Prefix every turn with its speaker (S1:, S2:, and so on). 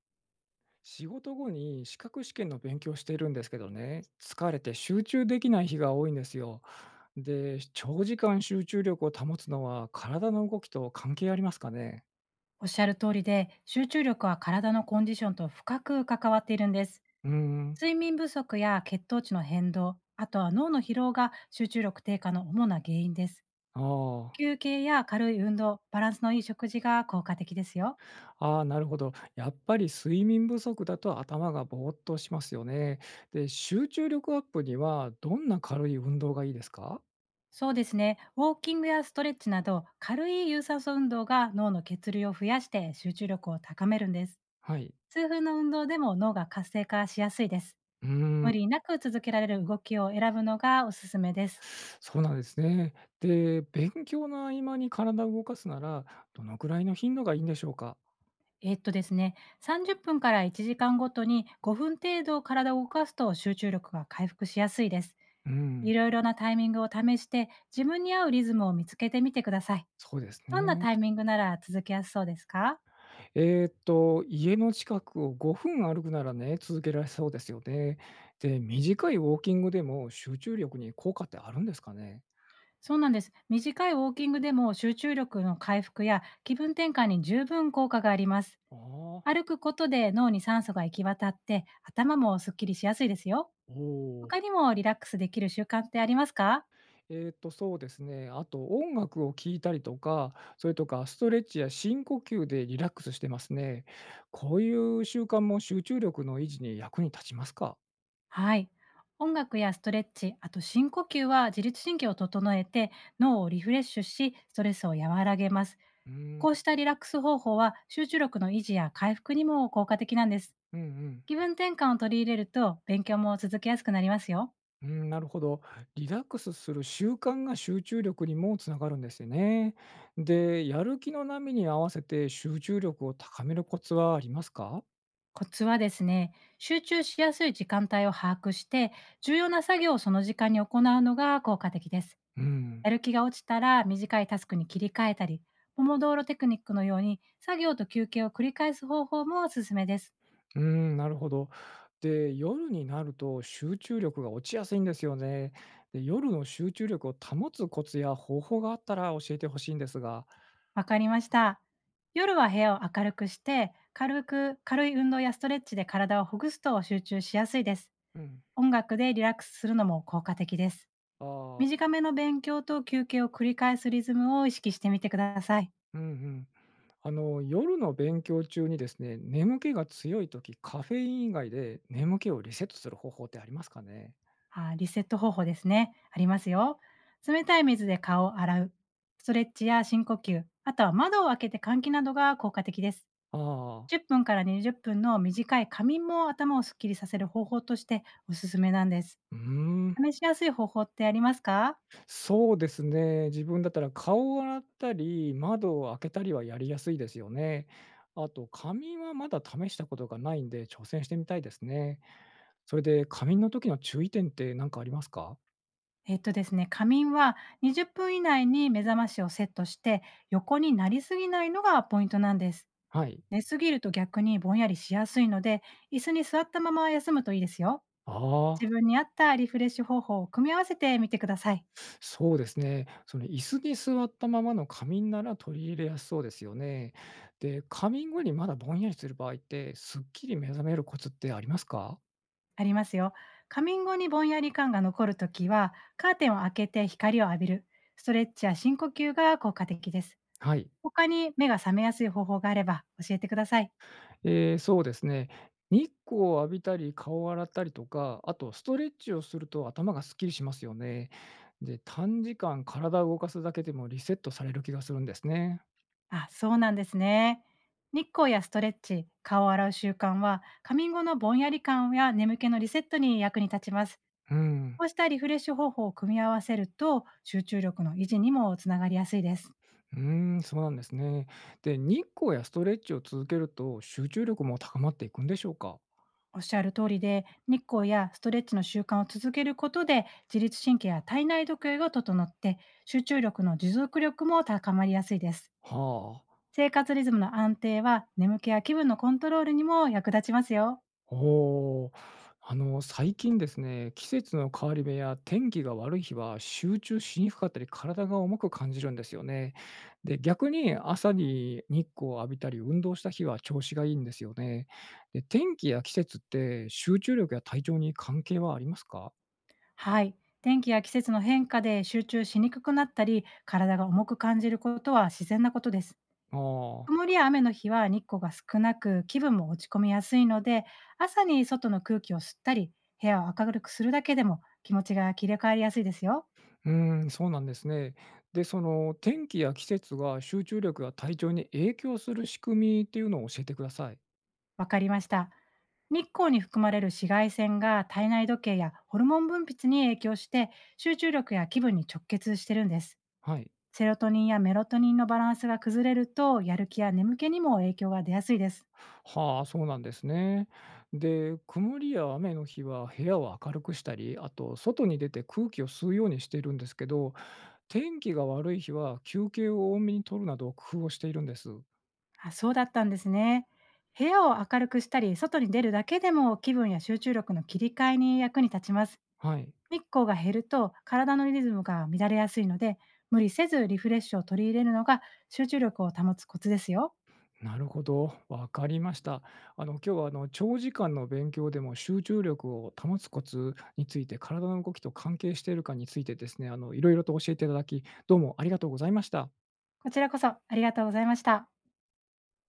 S1: 仕事後に資格試験の勉強しているんですけどね、疲れて集中できない日が多いんですよ。で、長時間集中力を保つのは体の動きと関係ありますかね。
S2: おっしゃる通りで、集中力は体のコンディションと深く関わっているんです。
S1: うーん。
S2: 睡眠不足や血糖値の変動、あとは脳の疲労が集中力低下の主な原因です。
S1: あ
S2: 休憩や軽い運動、バランスのいい食事が効果的ですよ。
S1: あ、ああ、なるほど。やっぱり睡眠不足だと頭がぼーっとしますよね。で、集中力アップにはどんな軽い運動がいいですか。
S2: そうですね。ウォーキングやストレッチなど、軽い有酸素運動が脳の血流を増やして集中力を高めるんです。
S1: はい。
S2: 数分の運動でも脳が活性化しやすいです。
S1: うーん。
S2: 無理なく続けられる動きを選ぶのがおすすめです。
S1: そうなんですね。で、勉強の合間に体を動かすなら、どのくらいの頻度がいいんでしょうか。
S2: ですね、30分から1時間ごとに5分程度体を動かすと集中力が回復しやすいです。
S1: うん、
S2: いろいろなタイミングを試して、自分に合うリズムを見つけてみてください。
S1: そうです
S2: どんな
S1: ね。
S2: タイミングなら続けやすそうですか？
S1: 家の近くを5分歩くならね、続けられそうですよね。で、短いウォーキングでも集中力に効果ってあるんですかね？
S2: そうなんです。短いウォーキングでも集中力の回復や気分転換に十分効果があります。
S1: ああ、
S2: 歩くことで脳に酸素が行き渡って頭もすっきりしやすいですよ。
S1: おお。
S2: 他にもリラックスできる習慣ってありますか？
S1: そうですね。あと音楽を聴いたりとか、それとかストレッチや深呼吸でリラックスしてますね。こういう習慣も集中力の維持に役に立ちますか？
S2: はい。音楽やストレッチ、あと深呼吸は自律神経を整えて脳をリフレッシュし、ストレスを和らげます。
S1: うん、
S2: こうしたリラックス方法は集中力の維持や回復にも効果的なんです。
S1: うんうん。
S2: 気分転換を取り入れると勉強も続けやすくなりますよ。
S1: うん、なるほど。リラックスする習慣が集中力にもつながるんですよね。で、やる気の波に合わせて集中力を高めるコツはありますか。
S2: コツはですね、集中しやすい時間帯を把握して、重要な作業をその時間に行うのが効果的です。
S1: うん。
S2: やる気が落ちたら短いタスクに切り替えたり、ポモドーロテクニックのように作業と休憩を繰り返す方法もおすすめです。
S1: うん、なるほど。で、夜になると集中力が落ちやすいんですよね。で、夜の集中力を保つコツや方法があったら教えてほしいんですが。
S2: わかりました。夜は部屋を明るくして、軽い運動やストレッチで体をほぐすと集中しやすいです。
S1: うん。
S2: 音楽でリラックスするのも効果的です。
S1: ああ。
S2: 短めの勉強と休憩を繰り返すリズムを意識してみてください。
S1: うんうん。あの、夜の勉強中にですね、眠気が強い時、カフェイン以外で眠気をリセットする方法ってありますかね？
S2: リセット方法ですね。ありますよ。冷たい水で顔を洗う、ストレッチや深呼吸、あとは窓を開けて換気などが効果的です。
S1: ああ、
S2: 10分から20分の短い仮眠も頭をすっきりさせる方法としておすすめなんです。
S1: うーん、
S2: 試しやすい方法ってありますか？
S1: そうですね。自分だったら顔を洗ったり、窓を開けたりはやりやすいですよね。あと髪はまだ試したことがないんで、挑戦してみたいですね。それで、仮眠の時の注意点って何かありますか？
S2: ですね、仮眠は20分以内に目覚ましをセットして横になりすぎないのがポイントなんです。
S1: はい。
S2: 寝すぎると逆にぼんやりしやすいので、椅子に座ったまま休むといいですよ。
S1: あ
S2: 自
S1: あ。
S2: 分に合ったリフレッシュ方法を組み合わせてみてください。
S1: そうですね。その椅子に座ったままの仮眠なら取り入れやすそうですよね。で、仮眠後にまだぼんやりする場合って、すっきり目覚めるコツってありますか。
S2: ありますよ。仮眠後にぼんやり感が残るときは、カーテンを開けて光を浴びる、ストレッチや深呼吸が効果的です。
S1: はい。
S2: 他に目が覚めやすい方法があれば教えてください。
S1: えー、そうですね。日光を浴びたり、顔を洗ったりとか、あとストレッチをすると頭がすっきりしますよね。で、短時間体を動かすだけでもリセットされる気がするんですね。
S2: あ、そうなんですね。日光やストレッチ、顔を洗う習慣は、仮眠後のぼんやり感や眠気のリセットに役に立ちます。
S1: うん。
S2: こうしたリフレッシュ方法を組み合わせると、集中力の維持にもつながりやすいです。
S1: うーん、そうなんですね。で、日光やストレッチを続けると集中力も高まっていくんでしょうか。
S2: おっしゃる通りで、日光やストレッチの習慣を続けることで、自律神経や体内時計が整って、集中力の持続力も高まりやすいです。
S1: はあ、
S2: 生活リズムの安定は、眠気や気分のコントロールにも役立ちますよ。
S1: おお。あの、最近ですね、季節の変わり目や天気が悪い日は集中しにくかったり、体が重く感じるんですよね。で、逆に朝に日光を浴びたり、運動した日は調子がいいんですよね。で、天気や季節って集中力や体調に関係はありますか？
S2: はい。天気や季節の変化で集中しにくくなったり、体が重く感じることは自然なことです。
S1: ああ、
S2: 曇りや雨の日は日光が少なく気分も落ち込みやすいので、朝に外の空気を吸ったり、部屋を明るくするだけでも気持ちが切り替わりやすいですよ。
S1: うーん、そうなんですね。で、その天気や季節が集中力や体調に影響する仕組みっていうのを教えてください。
S2: わかりました。日光に含まれる紫外線が体内時計やホルモン分泌に影響して、集中力や気分に直結してるんです。
S1: はい。
S2: セロトニンやメロトニンのバランスが崩れると、やる気や眠気にも影響が出やすいです。
S1: はあ、そうなんですね。で、曇りや雨の日は部屋を明るくしたり、あと外に出て空気を吸うようにしているんですけど、天気が悪い日は休憩を多めに取るなど工夫をしているんです。
S2: あ、そうだったんですね。部屋を明るくしたり外に出るだけでも気分や集中力の切り替えに役に立ちます。
S1: はい。
S2: 日光が減ると体のリズムが乱れやすいので、無理せずリフレッシュを取り入れるのが集中力を保つコツですよ。
S1: なるほど。わかりました。今日は長時間の勉強でも集中力を保つコツについて、体の動きと関係しているかについてですね、いろいろと教えていただき、どうもありがとうございました。
S2: こちらこそありがとうございました。